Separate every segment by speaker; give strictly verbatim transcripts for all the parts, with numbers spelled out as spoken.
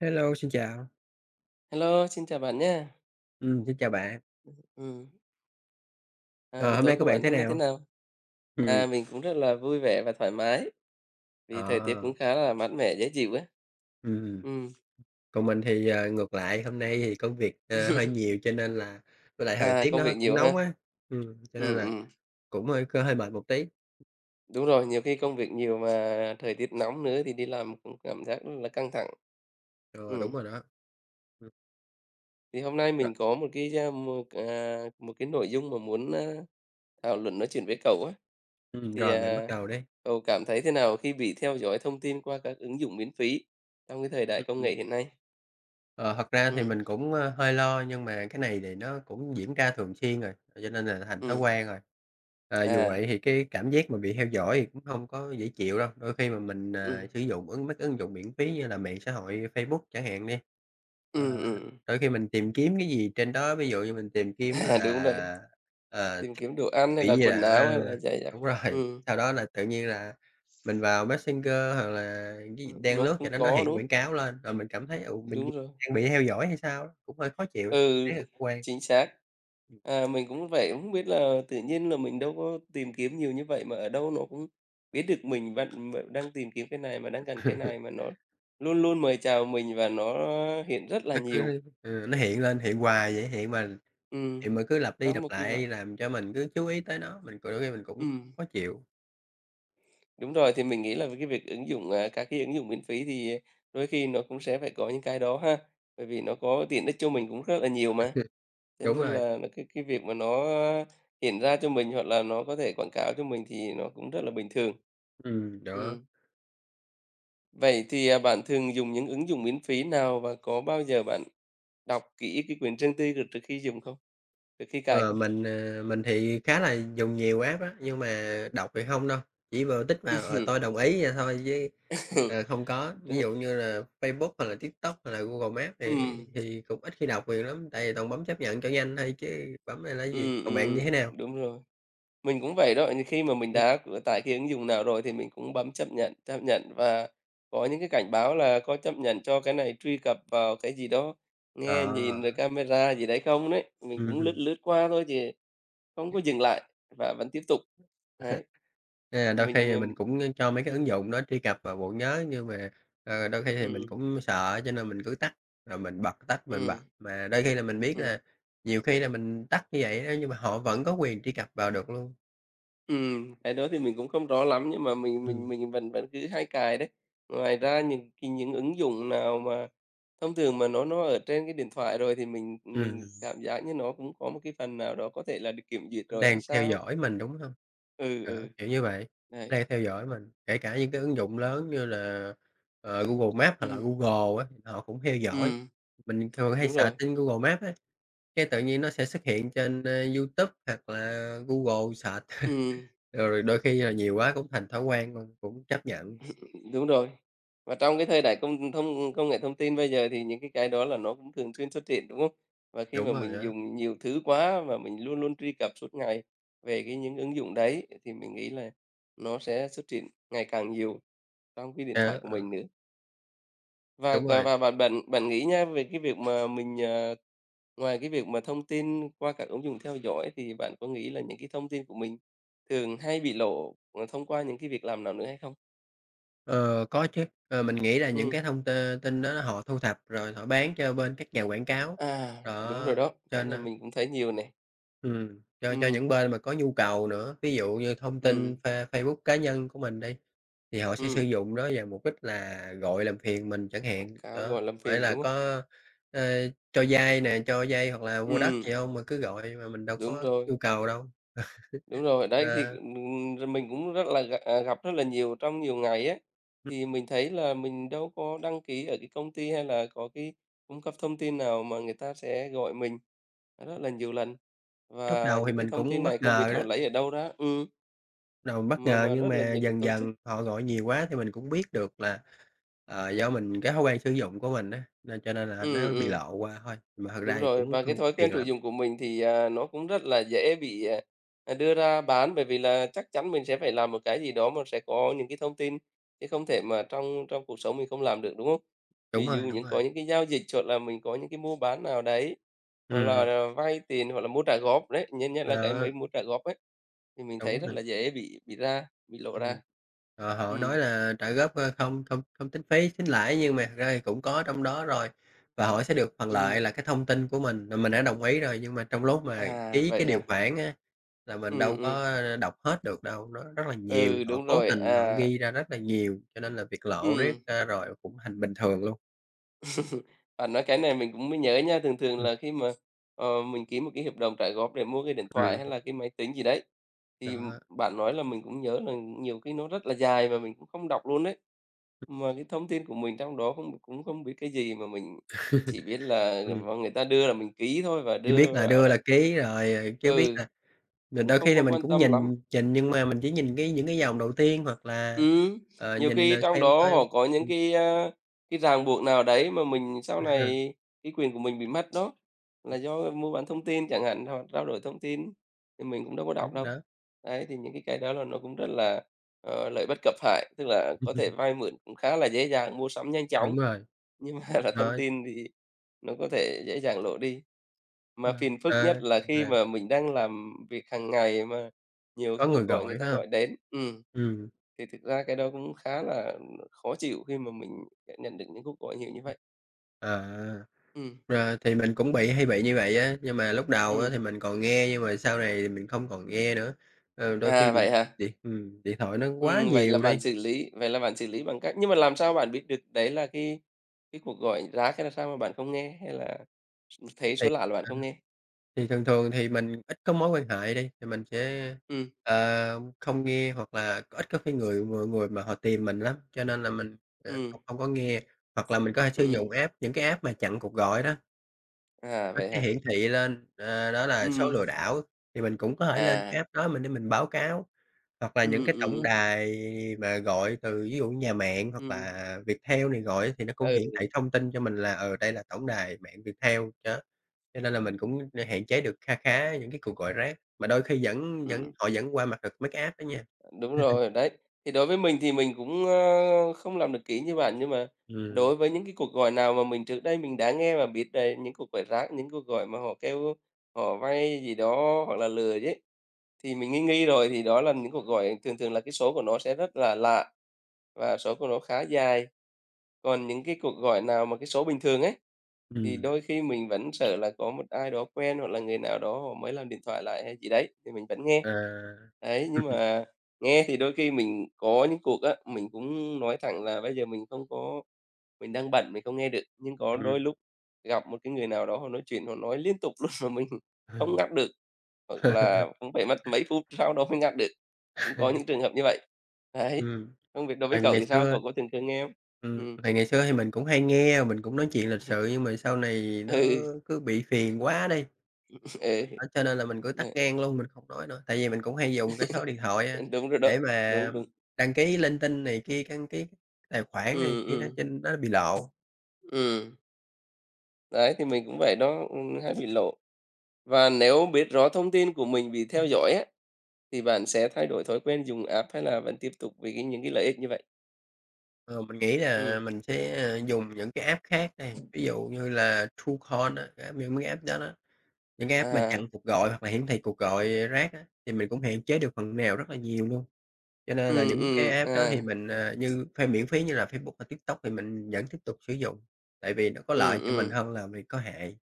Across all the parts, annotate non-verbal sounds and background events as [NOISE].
Speaker 1: Hello, xin chào.
Speaker 2: Hello, xin chào bạn nha.
Speaker 1: Ừm, xin chào bạn.
Speaker 2: Ừm, à,
Speaker 1: Ờ,
Speaker 2: Buổi
Speaker 1: hôm nay
Speaker 2: tối
Speaker 1: của
Speaker 2: của
Speaker 1: bạn
Speaker 2: bạn
Speaker 1: thế
Speaker 2: hôm nay thế
Speaker 1: nào?
Speaker 2: nào?
Speaker 1: Ừ.
Speaker 2: À, mình cũng rất là vui vẻ và thoải mái vì thời tiết
Speaker 1: Ờ.
Speaker 2: cũng khá là mát mẻ, dễ chịu ấy.
Speaker 1: Ừ.
Speaker 2: Ừm,
Speaker 1: Còn mình thì, ờ, ngược lại, hôm nay thì công việc, ờ, hơi nhiều cho nên là với lại thời
Speaker 2: à,
Speaker 1: tiết
Speaker 2: Công
Speaker 1: nó
Speaker 2: việc
Speaker 1: cũng
Speaker 2: nhiều ha?
Speaker 1: nóng á. Ừ, cho nên
Speaker 2: Ừm,
Speaker 1: là
Speaker 2: ừm,
Speaker 1: cũng hơi hơi mệt một tí.
Speaker 2: Đúng rồi, nhiều khi công việc nhiều mà thời tiết nóng nữa thì đi làm cũng cảm giác rất là căng thẳng.
Speaker 1: Ờ,
Speaker 2: Ừm,
Speaker 1: đúng rồi đó. Ừm.
Speaker 2: thì hôm nay
Speaker 1: Rồi.
Speaker 2: mình có một cái a, một, à, một cái nội dung mà muốn, a, thảo luận nói chuyện với cậu á,
Speaker 1: Ừm,
Speaker 2: thì,
Speaker 1: rồi bạn bắt
Speaker 2: à,
Speaker 1: đầu đi.
Speaker 2: cậu cảm thấy thế nào khi bị theo dõi thông tin qua các ứng dụng miễn phí trong cái thời đại công
Speaker 1: Ừm.
Speaker 2: nghệ hiện nay?
Speaker 1: Ờ, thật ra thì
Speaker 2: Ừm.
Speaker 1: mình cũng, ơ, hơi lo nhưng mà cái này thì nó cũng diễn ra thường xuyên rồi, cho nên là thành thói
Speaker 2: Ừm,
Speaker 1: quen rồi. Ờ, dù
Speaker 2: à,
Speaker 1: vậy thì cái cảm giác mà bị theo dõi thì cũng không có dễ chịu đâu. Đôi khi mà mình, à,
Speaker 2: ừm,
Speaker 1: sử dụng ứng mấy cái ứng dụng miễn phí như là mạng xã hội Facebook chẳng hạn đi, ờ,
Speaker 2: ừm, ừm.
Speaker 1: đôi khi mình tìm kiếm cái gì trên đó, ví dụ như mình tìm kiếm là,
Speaker 2: À, đúng rồi,
Speaker 1: ờ,
Speaker 2: tìm
Speaker 1: thiết
Speaker 2: kiếm đồ ăn hay
Speaker 1: bị
Speaker 2: là
Speaker 1: gì là
Speaker 2: quần áo hay
Speaker 1: ờ,
Speaker 2: là giày giặt.
Speaker 1: đúng rồi. [LAUGHS]
Speaker 2: Ừm,
Speaker 1: Sau đó là tự nhiên là mình vào Messenger hoặc là cái gì
Speaker 2: ừm,
Speaker 1: đang
Speaker 2: nó
Speaker 1: lướt gì
Speaker 2: cũng
Speaker 1: nó nó
Speaker 2: có,
Speaker 1: hiện
Speaker 2: đúng,
Speaker 1: quảng cáo lên, rồi mình cảm thấy, ừ, mình
Speaker 2: đúng rồi.
Speaker 1: đang bị theo dõi hay sao á, cũng hơi khó chịu,
Speaker 2: Ừ,
Speaker 1: thấy là cũng
Speaker 2: [LAUGHS]
Speaker 1: quen.
Speaker 2: chính xác. À, mình cũng vậy, không biết là tự nhiên là mình đâu có tìm kiếm nhiều như vậy, mà ở đâu nó cũng biết được mình bạn mà đang tìm kiếm cái này, mà đang cần cái này,
Speaker 1: [LAUGHS]
Speaker 2: mà nó luôn luôn mời chào mình và nó hiện rất là
Speaker 1: Nó
Speaker 2: nhiều.
Speaker 1: cứ, ừ, nó
Speaker 2: Ờ,
Speaker 1: hiện lên, hiện hoài vậy, hiện mà hiện
Speaker 2: ừm,
Speaker 1: mà cứ lặp đi
Speaker 2: Trong
Speaker 1: lặp
Speaker 2: một cái loại
Speaker 1: lại làm cho mình cứ chú ý tới nó, mình cũng- đôi khi mình cũng
Speaker 2: ừm.
Speaker 1: khó chịu.
Speaker 2: Đúng rồi, thì mình nghĩ là với cái việc ứng dụng, à, các cái ứng dụng miễn phí thì đôi khi nó cũng sẽ phải có những cái đó ha, bởi vì nó có tiện ích cho mình cũng rất là nhiều mà. Cho
Speaker 1: Đúng
Speaker 2: nên
Speaker 1: rồi,
Speaker 2: là là cái cái việc mà nó hiện ra cho mình hoặc là nó có thể quảng cáo cho mình thì nó cũng rất là bình thường.
Speaker 1: ừm, đó.
Speaker 2: Ừm. Vậy thì, à, bạn thường dùng những ứng dụng miễn phí nào và có bao giờ bạn đọc kỹ cái quyền riêng tư rồi trước khi dùng không? Trước khi cài
Speaker 1: Ờ,
Speaker 2: không?
Speaker 1: mình, ờ, mình thì khá là dùng nhiều app á, nhưng mà đọc thì không đâu, chỉ vào tích vào, ờ, tôi đồng
Speaker 2: [LAUGHS]
Speaker 1: ý vậy thôi chứ, ờ, không có. Ví dụ như là Facebook hoặc là TikTok hoặc là Google Maps thì
Speaker 2: Ừm,
Speaker 1: thì cũng ít khi đọc nhiều lắm, tại vì toàn bấm chấp nhận cho nhanh thôi chứ bấm ra là gì.
Speaker 2: ừm,
Speaker 1: Còn bạn như
Speaker 2: ừm,
Speaker 1: thế nào?
Speaker 2: [LAUGHS] đúng rồi. Mình cũng vậy đó, nhiều khi mà mình
Speaker 1: Ừ.
Speaker 2: đã cửa tải cái ứng dụng nào rồi thì mình cũng bấm chấp nhận, chấp nhận và có những cái cảnh báo là có chấp nhận cho cái này truy cập vào cái gì đó, nghe nhìn rồi
Speaker 1: Ờ,
Speaker 2: camera gì đấy không đấy. Mình
Speaker 1: ừm
Speaker 2: cũng lướt
Speaker 1: hừm.
Speaker 2: lướt qua thôi chứ không có dừng lại và vẫn tiếp tục. Đấy,
Speaker 1: Nên là đôi khi
Speaker 2: mình,
Speaker 1: thì
Speaker 2: ừm
Speaker 1: mình cũng cho mấy cái
Speaker 2: ừ,
Speaker 1: ứng dụng đó truy cập vào bộ nhớ, nhưng mà, ờ, đôi khi thì mình
Speaker 2: ừ,
Speaker 1: cũng sợ cho nên mình cứ tắt, rồi mình bật, tắt, mình bật.
Speaker 2: ừ
Speaker 1: Mà đôi khi là mình biết là nhiều khi là mình tắt như vậy á, nhưng mà họ vẫn có quyền truy cập vào được luôn.
Speaker 2: ừ cái đó thì mình cũng không rõ lắm nhưng mà mình mình
Speaker 1: Ừm,
Speaker 2: mình vẫn vẫn cứ hay cài đấy. Ngoài ra những cái những ứng dụng nào mà thông thường mà nó nó ở trên cái điện thoại rồi thì mình mình
Speaker 1: ừm,
Speaker 2: cảm giác như nó cũng có một cái phần nào đó có thể là được kiểm duyệt rồi hay
Speaker 1: đang theo
Speaker 2: sao?
Speaker 1: dõi mình, đúng hông?
Speaker 2: Ừ,
Speaker 1: Đó,
Speaker 2: ừ.
Speaker 1: kiểu như vậy,
Speaker 2: Đấy,
Speaker 1: đang theo dõi mình, kể cả những cái ứng dụng lớn như là, ờ, Google Maps hoặc là
Speaker 2: ừ
Speaker 1: Google á, họ cũng theo
Speaker 2: ừ
Speaker 1: dõi. Mình thường hay
Speaker 2: đúng
Speaker 1: search
Speaker 2: rồi.
Speaker 1: trên Google Maps á. Cái tự nhiên nó sẽ xuất hiện trên, ơ, YouTube hoặc là Google search.
Speaker 2: ừ
Speaker 1: [LAUGHS] Rồi đôi khi là nhiều quá cũng thành thói quen luôn, cũng chấp nhận.
Speaker 2: Đúng rồi. Và trong cái thời đại công thông công nghệ thông tin bây giờ thì những cái cái đó là nó cũng thường xuyên xuất hiện, đúng không? Và khi
Speaker 1: Đúng
Speaker 2: mà
Speaker 1: rồi
Speaker 2: mình
Speaker 1: đó,
Speaker 2: dùng nhiều thứ quá và mình luôn luôn truy cập suốt ngày về cái những ứng dụng đấy thì mình nghĩ là nó sẽ xuất hiện ngày càng nhiều trong cái điện thoại
Speaker 1: á,
Speaker 2: của
Speaker 1: ờ,
Speaker 2: mình nữa. Và
Speaker 1: đúng
Speaker 2: c
Speaker 1: rồi.
Speaker 2: và bạn bạn bạn nghĩ nha, về cái việc mà mình, ờ, ngoài cái việc mà thông tin qua các ứng dụng theo dõi thì bạn có nghĩ là những cái thông tin của mình thường hay bị lộ, ờ, thông qua những cái việc làm nào nữa hay không?
Speaker 1: Ờ, có chứ, ờ, mình nghĩ là những
Speaker 2: Ừm.
Speaker 1: cái thông t tin đó họ thu thập rồi họ bán cho bên các nhà quảng cáo.
Speaker 2: À, Đúng
Speaker 1: Đó,
Speaker 2: rồi đó,
Speaker 1: cho
Speaker 2: cái này
Speaker 1: nên
Speaker 2: mình cũng thấy nhiều này.
Speaker 1: ừm, cho cho những
Speaker 2: Ừm,
Speaker 1: bên mà có nhu cầu nữa, ví dụ như thông tin
Speaker 2: ừm,
Speaker 1: pha Facebook cá nhân của mình đi. Thì họ sẽ sử
Speaker 2: ừm,
Speaker 1: dụng nó vào mục đích là gọi làm phiền mình chẳng hạn.
Speaker 2: Quảng cáo
Speaker 1: Đó,
Speaker 2: gọi làm
Speaker 1: hỏi
Speaker 2: phiền,
Speaker 1: là
Speaker 2: đúng không?
Speaker 1: có, ơ, cho vay nè, cho vay hoặc là mua đất gì
Speaker 2: Ừm,
Speaker 1: không mà cứ gọi mà mình đâu
Speaker 2: Đúng
Speaker 1: có
Speaker 2: rồi,
Speaker 1: yêu cầu đâu.
Speaker 2: đúng rồi. Đấy, thì,
Speaker 1: Ờ,
Speaker 2: ừm, rồi mình cũng rất là gặp à, gặp rất là nhiều trong nhiều ngày á, thì mình thấy là mình đâu có đăng ký ở cái công ty hay là có cái cung cấp thông tin nào mà người ta sẽ gọi mình rất là nhiều lần.
Speaker 1: lúc
Speaker 2: Và
Speaker 1: đầu thì
Speaker 2: những cái
Speaker 1: mình
Speaker 2: thông
Speaker 1: cũng
Speaker 2: tin
Speaker 1: bất
Speaker 2: này không biết
Speaker 1: ngờ đó,
Speaker 2: họ lấy ở đâu ra, ừm,
Speaker 1: đầu mình bất
Speaker 2: mà
Speaker 1: ngờ
Speaker 2: mà
Speaker 1: nhưng
Speaker 2: rất là
Speaker 1: mà
Speaker 2: nhiều cái
Speaker 1: dần
Speaker 2: tổ chức.
Speaker 1: dần họ gọi nhiều quá thì mình cũng biết được là, ờ, do mình cái thói quen sử dụng của mình á, nên cho nên là nó
Speaker 2: Ừm,
Speaker 1: bị
Speaker 2: ừm.
Speaker 1: lộ qua thôi, mà thật ra
Speaker 2: Đúng
Speaker 1: thì
Speaker 2: rồi,
Speaker 1: cũng
Speaker 2: và cái
Speaker 1: không có
Speaker 2: thói quen
Speaker 1: phiền
Speaker 2: sử
Speaker 1: lắm.
Speaker 2: dụng của mình thì, à, nó cũng rất là dễ bị, à, à, đưa ra bán, bởi vì là chắc chắn mình sẽ phải làm một cái gì đó mà sẽ có những cái thông tin, chứ không thể mà trong trong cuộc sống mình không làm được, đúng không?
Speaker 1: Đúng
Speaker 2: Ví
Speaker 1: rồi,
Speaker 2: dụ
Speaker 1: đúng
Speaker 2: những có
Speaker 1: rồi.
Speaker 2: những cái giao dịch hoặc là mình có những cái mua bán nào đấy, hoặc là
Speaker 1: Ừm,
Speaker 2: là vay tiền hoặc là mua trả góp đấy, nhất nhất là cái
Speaker 1: đó,
Speaker 2: mấy mua trả góp ấy, thì mình thấy
Speaker 1: đúng.
Speaker 2: rất là dễ bị bị ra, bị lộ
Speaker 1: Ừm.
Speaker 2: ra.
Speaker 1: Ờ,
Speaker 2: Ừ,
Speaker 1: họ nói là trả góp, ơ, không không không tính phí, tính lãi nhưng mà thật ra thì cũng có trong đó rồi, và họ sẽ được phần
Speaker 2: ừm,
Speaker 1: lợi là cái thông tin của mình là mình đã đồng ý rồi, nhưng mà trong lúc mà
Speaker 2: à,
Speaker 1: ký cái
Speaker 2: vậy
Speaker 1: điều
Speaker 2: à?
Speaker 1: khoản á, là mình
Speaker 2: Ừm,
Speaker 1: đâu
Speaker 2: ừm,
Speaker 1: có đọc hết được đâu, nó rất là nhiều,
Speaker 2: ừ,
Speaker 1: họ
Speaker 2: đúng
Speaker 1: cố
Speaker 2: rồi,
Speaker 1: tình họ
Speaker 2: à,
Speaker 1: ghi ra rất là nhiều, cho nên là việc lộ
Speaker 2: ừ.
Speaker 1: riết ra rồi cũng thành bình thường luôn.
Speaker 2: Bạn nói cái này mình cũng mới nhớ nha, thường thường
Speaker 1: Ừm.
Speaker 2: là khi mà, ờ, mình ký một cái hợp đồng trả góp để mua cái điện thoại
Speaker 1: Ừm,
Speaker 2: hay là cái máy tính gì đấy, thì m-
Speaker 1: đó,
Speaker 2: bạn nói là mình cũng nhớ là nhiều cái nó rất là dài và mình cũng không đọc luôn đấy. Mà cái thông tin của mình trong đó không cũng không biết cái gì, mà mình chỉ biết là
Speaker 1: ừm,
Speaker 2: người ta đưa là mình ký thôi và
Speaker 1: chỉ biết
Speaker 2: đưa
Speaker 1: là
Speaker 2: vào
Speaker 1: đưa
Speaker 2: là
Speaker 1: là ký rồi, ờ, chứ biết
Speaker 2: ừ,
Speaker 1: là mình
Speaker 2: cũng
Speaker 1: đôi
Speaker 2: không
Speaker 1: khi thì
Speaker 2: có
Speaker 1: mình
Speaker 2: quan
Speaker 1: cũng
Speaker 2: tâm lắm
Speaker 1: nhìn nhìn nhưng mà mình chỉ nhìn cái những cái dòng đầu tiên hoặc là,
Speaker 2: ừ
Speaker 1: ờ,
Speaker 2: nhiều
Speaker 1: nhìn,
Speaker 2: khi
Speaker 1: ờ,
Speaker 2: trong
Speaker 1: xem
Speaker 2: đó họ
Speaker 1: coi.
Speaker 2: có những
Speaker 1: ừm,
Speaker 2: cái, a, cái ràng buộc nào đấy mà mình sau
Speaker 1: à, à,
Speaker 2: này cái quyền của mình bị mất đó, là do mua bán thông tin chẳng hạn, hoặc trao đổi thông tin thì mình cũng đâu có đọc
Speaker 1: Đúng rồi
Speaker 2: đâu.
Speaker 1: đó,
Speaker 2: Đấy, thì những cái cái đó là nó cũng rất là, ờ, lợi bất cập hại, tức là có thể vay mượn cũng khá là dễ dàng, mua sắm nhanh
Speaker 1: đúng
Speaker 2: chóng,
Speaker 1: rồi,
Speaker 2: nhưng mà [LAUGHS] là thông
Speaker 1: đó,
Speaker 2: tin thì nó có thể dễ dàng lộ đi. Mà
Speaker 1: vâng,
Speaker 2: phiền phức nhất
Speaker 1: à,
Speaker 2: là
Speaker 1: hoặc
Speaker 2: khi
Speaker 1: là
Speaker 2: mà mình đang làm việc hàng ngày mà nhiều cái
Speaker 1: có người
Speaker 2: cuộc gọi người
Speaker 1: gọi,
Speaker 2: ta
Speaker 1: phải hông?
Speaker 2: gọi đến. ừ
Speaker 1: Ừm.
Speaker 2: thì thực ra cái đó cũng khá là khó chịu khi mà mình nhận được những cuộc gọi nhiều như vậy.
Speaker 1: À, à,
Speaker 2: Ừm,
Speaker 1: rồi thì mình cũng bị hay bị như vậy á, nhưng mà lúc đầu á thì
Speaker 2: ừm.
Speaker 1: mình còn nghe nhưng mà sau này thì mình không còn nghe nữa. Ờ, đôi khi
Speaker 2: À,
Speaker 1: điện
Speaker 2: vậy hả?
Speaker 1: điện ừm, điện thoại nó quá
Speaker 2: Ừm, vậy là
Speaker 1: nhiều
Speaker 2: bạn
Speaker 1: đi
Speaker 2: xử lý vậy là bạn xử lý bằng cách nhưng mà làm sao bạn biết được đấy là cái cái cuộc gọi rác hay là sao mà bạn không nghe, hay là thấy
Speaker 1: thì
Speaker 2: số lạ là bạn
Speaker 1: à,
Speaker 2: không nghe?
Speaker 1: thì thường thường thì mình ít có mối quan hệ đi, thì mình sẽ,
Speaker 2: Ừm,
Speaker 1: ờ, không nghe hoặc là có ít có cái người người người mà họ tìm mình lắm, cho nên là mình, ờ, không
Speaker 2: ừm,
Speaker 1: không có nghe. Hoặc là mình có thể sử dụng
Speaker 2: ừm.
Speaker 1: app những cái app mà chặn cuộc gọi đó,
Speaker 2: À,
Speaker 1: nó
Speaker 2: vậy
Speaker 1: sẽ
Speaker 2: hả?
Speaker 1: hiển thị lên, ờ, đó là số
Speaker 2: Ừm,
Speaker 1: lừa đảo, thì mình cũng có thể lên cái
Speaker 2: à,
Speaker 1: app đó mình để mình báo cáo. Hoặc là
Speaker 2: ừ
Speaker 1: những
Speaker 2: ừm,
Speaker 1: cái tổng
Speaker 2: ừm,
Speaker 1: đài mà gọi từ ví dụ nhà mạng hoặc là Viettel này gọi thì nó cũng hiển
Speaker 2: ừ,
Speaker 1: thị thông tin cho mình là, ờ, đây là tổng đài mạng Viettel, đó. Cho nên là mình cũng hạn chế được kha khá những cái cuộc gọi rác, mà đôi khi vẫn vẫn
Speaker 2: ừm.
Speaker 1: họ vẫn qua mặt được mấy cái app đó nha.
Speaker 2: Đúng rồi, đấy. Thì đối với mình thì mình cũng, ơ, không làm được kỹ như bạn, nhưng mà
Speaker 1: Ừm,
Speaker 2: đối với những cái cuộc gọi nào mà mình trước đây mình đã nghe và biết đấy, những cuộc gọi rác, những cuộc gọi mà họ kêu họ vay gì đó hoặc là lừa chứ thì mình nghi nghi rồi, thì đó là những cuộc gọi thường thường là cái số của nó sẽ rất là lạ và số của nó khá dài. Còn những cái cuộc gọi nào mà cái số bình thường ấy, thì
Speaker 1: ừm,
Speaker 2: đôi khi mình vẫn sợ là có một ai đó quen hoặc là người nào đó họ mới làm điện thoại lại hay gì đấy, thì mình vẫn nghe.
Speaker 1: à.
Speaker 2: Đấy, nhưng
Speaker 1: [LAUGHS]
Speaker 2: mà nghe thì đôi khi mình có những cuộc á, mình cũng nói thẳng là bây giờ mình không có mình đang bận, mình không nghe được. Nhưng có
Speaker 1: Ừm.
Speaker 2: đôi
Speaker 1: Ừm,
Speaker 2: lúc gặp một cái người nào đó họ nói chuyện, họ nói liên tục luôn [LAUGHS] mà mình không
Speaker 1: ừm.
Speaker 2: ngắt được, hoặc
Speaker 1: [LAUGHS]
Speaker 2: là cũng phải mất mấy phút sau đó mới ngắt được. Cũng có những trường hợp như vậy. Đấy,
Speaker 1: Ừm,
Speaker 2: không biết đối với
Speaker 1: hồi
Speaker 2: cậu
Speaker 1: ngày
Speaker 2: thì sao?
Speaker 1: xưa
Speaker 2: Cậu có thường thường nghe không?
Speaker 1: ừm,
Speaker 2: Ừm.
Speaker 1: hồi ngày xưa thì mình cũng hay nghe, mình cũng nói chuyện lịch sự nhưng mà sau này nó
Speaker 2: Ừ,
Speaker 1: cứ bị phiền quá đi.
Speaker 2: [LAUGHS] ừ,
Speaker 1: Đó, cho nên là mình cứ
Speaker 2: mà
Speaker 1: tắt ngang luôn, mình không nói nữa. Tại vì mình cũng hay dùng cái số điện thoại, a,
Speaker 2: đúng rồi đó,
Speaker 1: để mà
Speaker 2: đúng, đúng.
Speaker 1: đăng ký linh tinh này kia, đăng ký tài khoản này
Speaker 2: ừ
Speaker 1: kia nó
Speaker 2: ừ
Speaker 1: trên nó bị lộ.
Speaker 2: ừm, đấy, thì mình cũng vậy đó, ừm, hay bị lộ. Và nếu biết rõ thông tin của mình bị theo dõi á, thì bạn sẽ thay đổi thói quen dùng app hay là vẫn tiếp tục vì cái những cái lợi ích như vậy?
Speaker 1: Ờ, mình nghĩ
Speaker 2: ừ
Speaker 1: là mình sẽ, ờ, dùng những cái app khác này ví dụ như là Truecaller á, cái app những cái app đó đó, những cái app mà chặn
Speaker 2: à,
Speaker 1: cuộc gọi hoặc là hiển thị cuộc gọi rác á, thì mình cũng hạn chế được phần nào rất là nhiều luôn. Cho nên là
Speaker 2: ừ
Speaker 1: những cái
Speaker 2: ừ
Speaker 1: app đó thì
Speaker 2: à,
Speaker 1: mình, ờ, như ph miễn phí như là Facebook và TikTok thì mình vẫn tiếp tục sử dụng, tại vì nó có
Speaker 2: ừ
Speaker 1: lợi cho mình
Speaker 2: ừ
Speaker 1: hơn là vì có hại.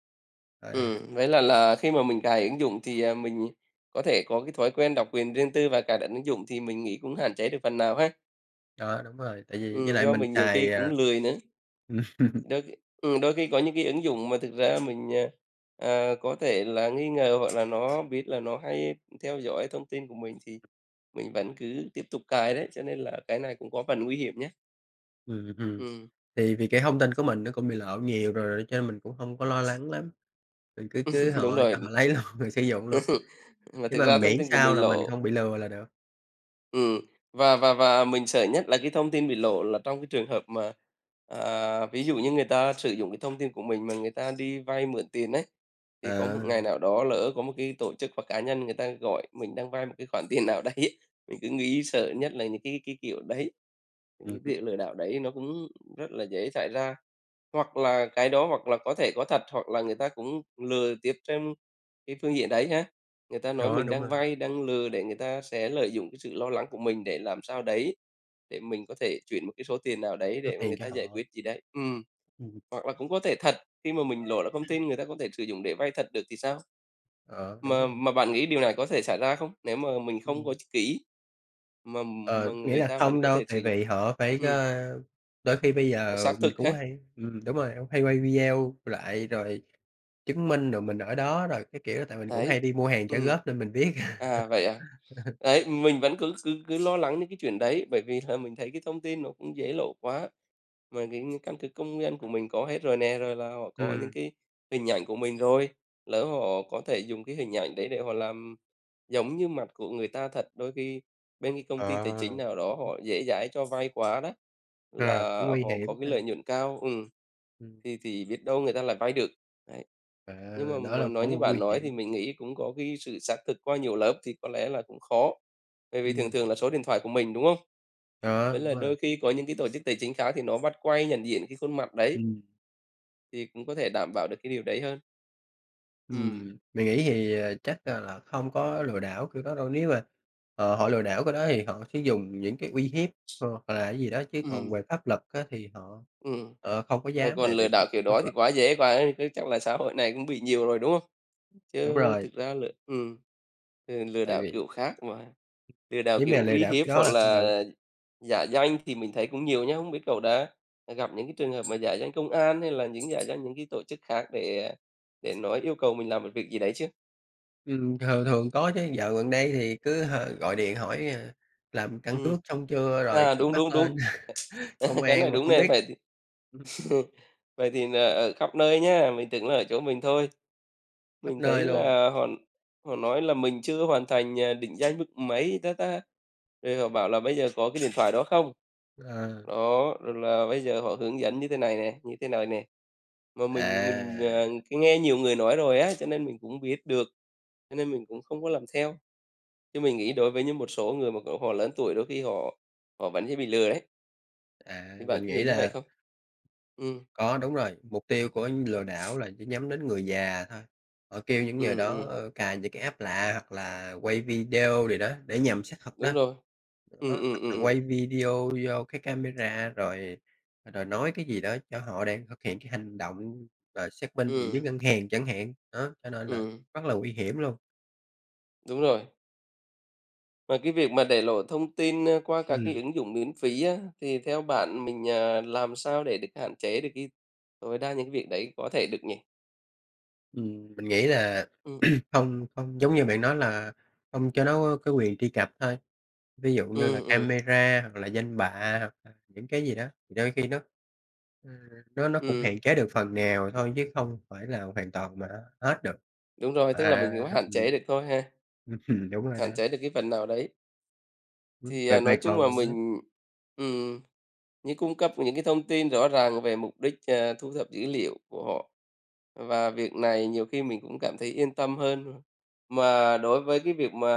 Speaker 1: À,
Speaker 2: ừm, Vậy là là khi mà mình cài ứng dụng thì, à, mình có thể có cái thói quen đọc quyền riêng tư và cài đặt ứng dụng thì mình nghĩ cũng hạn chế được phần nào ha?
Speaker 1: đó, đúng rồi, tại vì với
Speaker 2: Ừm,
Speaker 1: lại
Speaker 2: do
Speaker 1: mình
Speaker 2: mình nhiều khi
Speaker 1: xài,
Speaker 2: cũng
Speaker 1: à
Speaker 2: lười nữa.
Speaker 1: [LAUGHS] ừm,
Speaker 2: Đôi khi ừm, đôi khi có những cái ứng dụng mà thực ra mình, à, à, có thể là nghi ngờ hoặc là nó biết là nó hay theo dõi thông tin của mình thì mình vẫn cứ tiếp tục cài đấy, cho nên là cái này cũng có phần nguy hiểm nhá.
Speaker 1: ừm,
Speaker 2: Ừm,
Speaker 1: thì vì cái thông tin của mình nó cũng bị lộ nhiều rồi cho nên mình cũng không có lo lắng lắm. Mình cứ cứ
Speaker 2: [LAUGHS] đúng
Speaker 1: họ cho họ
Speaker 2: rồi,
Speaker 1: lấy [LAUGHS] luôn, rồi sử dụng luôn,
Speaker 2: mà
Speaker 1: nhưng
Speaker 2: thực
Speaker 1: mà
Speaker 2: ra thông
Speaker 1: miễn
Speaker 2: tin của
Speaker 1: sao
Speaker 2: mình
Speaker 1: là mình
Speaker 2: lộ.
Speaker 1: không bị lừa là được.
Speaker 2: Ừm, và và và mình sợ nhất là cái thông tin bị lộ là trong cái trường hợp mà, à, ví dụ như người ta sử dụng cái thông tin của mình mà người ta đi vay mượn tiền đấy, thì có một
Speaker 1: À,
Speaker 2: ngày nào đó lỡ có một cái tổ chức hoặc cá nhân người ta gọi mình đang vay một cái khoản tiền nào [LAUGHS] đấy ấy, mình cứ nghĩ sợ nhất là những cái cái kiểu đấy, những
Speaker 1: ừm
Speaker 2: cái
Speaker 1: hứm,
Speaker 2: việc lừa đảo đấy nó cũng rất là dễ xảy ra. Hoặc là cái đó hoặc là có thể có thật, hoặc là người ta cũng lừa tiếp trên cái phương diện đấy ha. Người ta nói
Speaker 1: đó,
Speaker 2: mình
Speaker 1: đúng
Speaker 2: đang
Speaker 1: rồi,
Speaker 2: vay, đang lừa để người ta sẽ lợi dụng cái sự lo lắng của mình để làm sao đấy, để mình có thể chuyển một cái số tiền nào đấy
Speaker 1: số
Speaker 2: để mà
Speaker 1: tiền
Speaker 2: người
Speaker 1: cho
Speaker 2: ta giải
Speaker 1: họ.
Speaker 2: quyết gì đấy. Ừm,
Speaker 1: Ừm,
Speaker 2: hoặc là cũng có thể thật, khi mà mình lộ ra thông tin người ta có thể sử dụng để vay thật được thì sao?
Speaker 1: ờ, đúng
Speaker 2: Mà
Speaker 1: rồi.
Speaker 2: mà bạn nghĩ điều này có thể xảy ra không? Nếu mà mình không có
Speaker 1: Ừm,
Speaker 2: kỹ, mà mà
Speaker 1: ờ, nghĩa
Speaker 2: người
Speaker 1: là
Speaker 2: ta vẫn
Speaker 1: không
Speaker 2: có
Speaker 1: đâu,
Speaker 2: thể sử
Speaker 1: tại
Speaker 2: dụng.
Speaker 1: vì họ phải,
Speaker 2: Ừm,
Speaker 1: ơ đôi khi bây
Speaker 2: và
Speaker 1: giờ
Speaker 2: xác
Speaker 1: mình
Speaker 2: thực
Speaker 1: cũng
Speaker 2: ha.
Speaker 1: hay ừm, đúng rồi, hay quay video lại rồi chứng minh rồi mình ở đó rồi cái kiểu, tại mình cũng
Speaker 2: Đấy,
Speaker 1: hay đi mua hàng trả
Speaker 2: ừm.
Speaker 1: góp nên mình biết. [LAUGHS]
Speaker 2: À, vậy à? Đấy, mình vẫn cứ cứ cứ lo lắng những cái chuyện đấy, bởi vì là mình thấy cái thông tin nó cũng dễ lộ quá. Mà cái căn cước công dân của mình có hết rồi nè, rồi là họ có những
Speaker 1: Ừm,
Speaker 2: cái hình ảnh của mình rồi, lỡ họ có thể dùng cái hình ảnh đấy để họ làm giống như mặt của người ta thật, đôi khi bên cái công ty tài
Speaker 1: ờ,
Speaker 2: chính nào đó
Speaker 1: cũng
Speaker 2: họ dễ dãi cho vay quá đó,
Speaker 1: ờ, cũng
Speaker 2: là
Speaker 1: nguy
Speaker 2: họ
Speaker 1: hiểm
Speaker 2: có cái
Speaker 1: ha.
Speaker 2: lợi nhuận cao. Ừm.
Speaker 1: Ừm,
Speaker 2: Thì thì biết đâu người ta lại vay được, đấy.
Speaker 1: à,
Speaker 2: Nhưng mà
Speaker 1: đó
Speaker 2: mà
Speaker 1: là
Speaker 2: nói
Speaker 1: cũng
Speaker 2: như bạn
Speaker 1: nguy
Speaker 2: nói thì
Speaker 1: hiểm.
Speaker 2: mình nghĩ cũng có cái sự xác thực qua nhiều lớp thì có lẽ là cũng khó, bởi vì thường
Speaker 1: Ừm,
Speaker 2: thường là số điện thoại của mình, đúng không?
Speaker 1: đó,
Speaker 2: Với
Speaker 1: đúng
Speaker 2: là
Speaker 1: rồi,
Speaker 2: đôi khi có những cái tổ chức tài chính khác thì nó bắt quay nhận diện cái khuôn mặt đấy,
Speaker 1: ừm.
Speaker 2: thì cũng có thể đảm bảo được cái điều đấy hơn. Ừm,
Speaker 1: Ừm, mình nghĩ thì, ờ, chắc, a, là không có lừa đảo kiểu đó đâu. Nếu mà, ờ, họ lừa đảo cái đó thì họ sẽ dùng những cái uy hiếp, ờ, hoặc là cái gì đó, chứ còn
Speaker 2: ừm.
Speaker 1: về pháp luật á thì họ,
Speaker 2: Ừm,
Speaker 1: ờ, không có
Speaker 2: mà
Speaker 1: dám
Speaker 2: còn
Speaker 1: tại vì
Speaker 2: lừa
Speaker 1: pháp
Speaker 2: đảo kiểu
Speaker 1: pháp
Speaker 2: đó thì
Speaker 1: luật
Speaker 2: quá dễ, quá cứ chắc là xã hội này cũng bị nhiều rồi, đúng không?
Speaker 1: đúng
Speaker 2: Chứ
Speaker 1: rồi,
Speaker 2: thực ra lừa ừm, ừ, lừa
Speaker 1: tại
Speaker 2: đảo
Speaker 1: vì
Speaker 2: kiểu khác mà. Lừa đảo
Speaker 1: nếu mà
Speaker 2: kiểu
Speaker 1: lừa
Speaker 2: uy
Speaker 1: đảo cái
Speaker 2: hiếp
Speaker 1: đó
Speaker 2: hoặc
Speaker 1: là không được.
Speaker 2: là giả danh thì mình thấy cũng nhiều nhá. Không biết cậu đã gặp những cái trường hợp mà giả danh công an hay là những giả danh những cái tổ chức khác để để nói yêu cầu mình làm một việc gì đấy chưa?
Speaker 1: Ừm, thường thường có chứ, dạo gần đây thì cứ h gọi điện hỏi, à, làm căn
Speaker 2: Ừ.
Speaker 1: cước xong chưa, rồi
Speaker 2: À,
Speaker 1: cứ
Speaker 2: đúng,
Speaker 1: bắt
Speaker 2: đúng,
Speaker 1: lên
Speaker 2: đúng.
Speaker 1: [LAUGHS] công
Speaker 2: [LAUGHS] Cái này
Speaker 1: an mà
Speaker 2: đúng
Speaker 1: không
Speaker 2: này
Speaker 1: biết.
Speaker 2: phải thì
Speaker 1: Ừm,
Speaker 2: [LAUGHS] vậy thì nà ở khắp nơi nhá, mình tưởng là ở chỗ mình thôi.
Speaker 1: khắp
Speaker 2: Mình thấy
Speaker 1: nơi luôn.
Speaker 2: là họ họ nói là mình chưa hoàn thành, à, định danh mức mấy ta ta, rồi họ bảo là "Bây giờ có cái điện thoại đó không?"
Speaker 1: Ờ,
Speaker 2: Đó, rồi là "Bây giờ họ hướng dẫn như thế này nè, như thế này nè." Mà mình mình,
Speaker 1: à,
Speaker 2: ờ, cái nghe nhiều người nói rồi á, cho nên mình cũng biết được, cho nên mình cũng không có làm theo. Chứ mình nghĩ đối với những một số người mà, kiểu, họ lớn tuổi đôi khi họ họ vẫn dễ bị lừa đấy,
Speaker 1: à,
Speaker 2: thì bạn
Speaker 1: mình
Speaker 2: có
Speaker 1: nghĩ
Speaker 2: nghĩ như vậy
Speaker 1: là
Speaker 2: không? Ừ,
Speaker 1: có, đúng rồi, mục tiêu của lừa đảo là chỉ nhắm đến người già thôi. Họ kêu những người
Speaker 2: ừ,
Speaker 1: đó,
Speaker 2: ừm,
Speaker 1: ơ, cài những cái app lạ hoặc là quay video gì đó để nhằm xác thực đó.
Speaker 2: đúng rồi.
Speaker 1: Đó,
Speaker 2: Ừ, ừ,
Speaker 1: hoặc
Speaker 2: ừ,
Speaker 1: là
Speaker 2: ừm,
Speaker 1: quay video vô cái camera rồi rồi nói cái gì đó cho họ đang thực hiện cái hành động rồi xác minh gì với
Speaker 2: ừm,
Speaker 1: ngân hàng chẳng hạn. Đó, cho nên là
Speaker 2: ừm,
Speaker 1: rất là nguy hiểm luôn.
Speaker 2: đúng rồi. Mà cái việc mà để lộ thông tin, ơ, qua các cái
Speaker 1: Ừm,
Speaker 2: ứng dụng miễn phí á, thì theo bạn mình, à, làm sao để được hạn chế được cái tối đa những cái việc đấy có thể được nhỉ?
Speaker 1: ừm, mình nghĩ là
Speaker 2: Ừ,
Speaker 1: [CLEARS THROAT] không không giống như bạn nói là không cho nó cái quyền truy cập thôi. Ví dụ như là
Speaker 2: ừ, ừ,
Speaker 1: camera hoặc là danh bạ hoặc là những cái gì đó, thì đôi khi nó, ừm, nó nó cũng
Speaker 2: ừm,
Speaker 1: hạn chế được phần nào thôi chứ không phải là hoàn toàn mà hết được.
Speaker 2: đúng rồi, tức là
Speaker 1: À,
Speaker 2: mình cũng hạn chế
Speaker 1: ừm.
Speaker 2: được thôi ha.
Speaker 1: [LAUGHS] Đúng rồi đó.
Speaker 2: Hạn chế được cái phần nào đấy.
Speaker 1: Ừm,
Speaker 2: Thì,
Speaker 1: vậy
Speaker 2: à,
Speaker 1: vậy
Speaker 2: nói chung
Speaker 1: còn.
Speaker 2: là mình, ừm, như cung cấp những cái thông tin rõ ràng về mục đích, à, thu thập dữ liệu của họ. Và việc này nhiều khi mình cũng cảm thấy yên tâm hơn. Mà đối với cái việc mà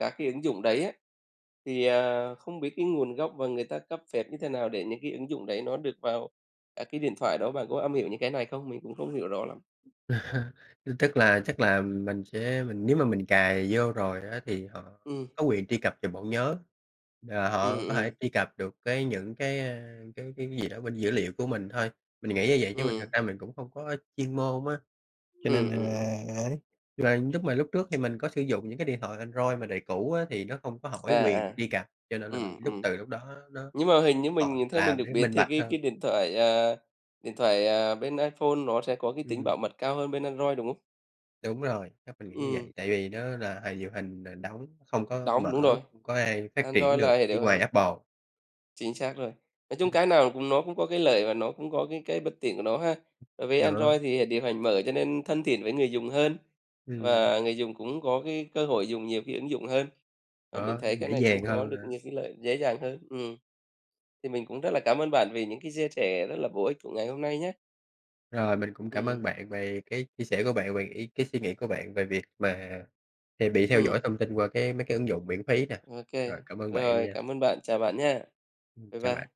Speaker 2: các cái ứng dụng đấy á, thì, à, không biết cái nguồn gốc và người ta cấp phép như thế nào để những cái ứng dụng đấy nó được vào các cái điện thoại đó. Bạn có am hiểu những cái này không? Mình cũng không hiểu rõ lắm.
Speaker 1: [LAUGHS] Tức là chắc là mình sẽ mình nếu mà mình cài vô rồi á thì họ
Speaker 2: Ừm,
Speaker 1: có quyền truy cập vào bộ nhớ, là
Speaker 2: ừm,
Speaker 1: họ có
Speaker 2: ừm,
Speaker 1: thể truy cập được cái những cái, a, cái cái gì đó bên dữ liệu của mình thôi. Mình nghĩ như vậy chứ mình thật
Speaker 2: ừm,
Speaker 1: ra mình cũng không có chuyên môn á. Cho nên
Speaker 2: ừm,
Speaker 1: là
Speaker 2: ừm, ừm.
Speaker 1: ấy, là lúc mà lúc trước thì mình có sử dụng những cái điện thoại Android mà đời cũ á, thì nó không có hỏi
Speaker 2: À,
Speaker 1: quyền
Speaker 2: à.
Speaker 1: truy cập, cho nên là mình
Speaker 2: Ừm,
Speaker 1: lúc
Speaker 2: ừm.
Speaker 1: từ lúc đó nó
Speaker 2: Nhưng mà hình như
Speaker 1: họ
Speaker 2: mình theo mình
Speaker 1: làm
Speaker 2: được
Speaker 1: để
Speaker 2: biết
Speaker 1: minh
Speaker 2: thì
Speaker 1: bạch
Speaker 2: cái
Speaker 1: hơn.
Speaker 2: cái điện thoại, à, điện thoại, à, bên iPhone nó sẽ có cái tính
Speaker 1: Ừm,
Speaker 2: bảo mật cao hơn bên Android, đúng không?
Speaker 1: đúng rồi, chắc mình nghĩ như
Speaker 2: Ừ,
Speaker 1: vậy, tại vì nó là hệ điều hành, ờ, đóng, không có mở,
Speaker 2: đóng đúng rồi,
Speaker 1: không có ai phát triển
Speaker 2: Android
Speaker 1: được,
Speaker 2: là hệ
Speaker 1: chỉ
Speaker 2: điều hành
Speaker 1: ngoài Apple.
Speaker 2: chính xác rồi. Nói
Speaker 1: Ừm,
Speaker 2: chung cái nào cũng nó cũng có cái lợi và nó cũng có cái cái bất tiện của nó ha. Đối với
Speaker 1: đó,
Speaker 2: Android thì hệ điều hành mở cho nên thân thiện với người dùng hơn,
Speaker 1: ừm,
Speaker 2: và người dùng cũng có cái cơ hội dùng nhiều cái ứng dụng hơn. Và mình
Speaker 1: đó, nó
Speaker 2: thấy cái
Speaker 1: dễ
Speaker 2: này cũng
Speaker 1: dàng
Speaker 2: có
Speaker 1: hơn
Speaker 2: được
Speaker 1: nữa.
Speaker 2: nhiều cái lợi dễ dàng hơn. Ừm, thì mình cũng rất là cảm ơn bạn vì những cái chia sẻ rất là bổ ích của ngày hôm nay nhé.
Speaker 1: Rồi, mình cũng cảm ơn
Speaker 2: Ừ.
Speaker 1: bạn về cái chia sẻ của bạn, về ý cái suy nghĩ của bạn về việc mà, ờ, bị theo dõi
Speaker 2: Ừm.
Speaker 1: thông tin qua cái mấy cái ứng dụng miễn phí nè.
Speaker 2: ô kê,
Speaker 1: Rồi, cảm ơn bạn
Speaker 2: rồi,
Speaker 1: nha.
Speaker 2: cảm ơn bạn. Chào bạn nha. Bye
Speaker 1: Chào bạn.
Speaker 2: bye.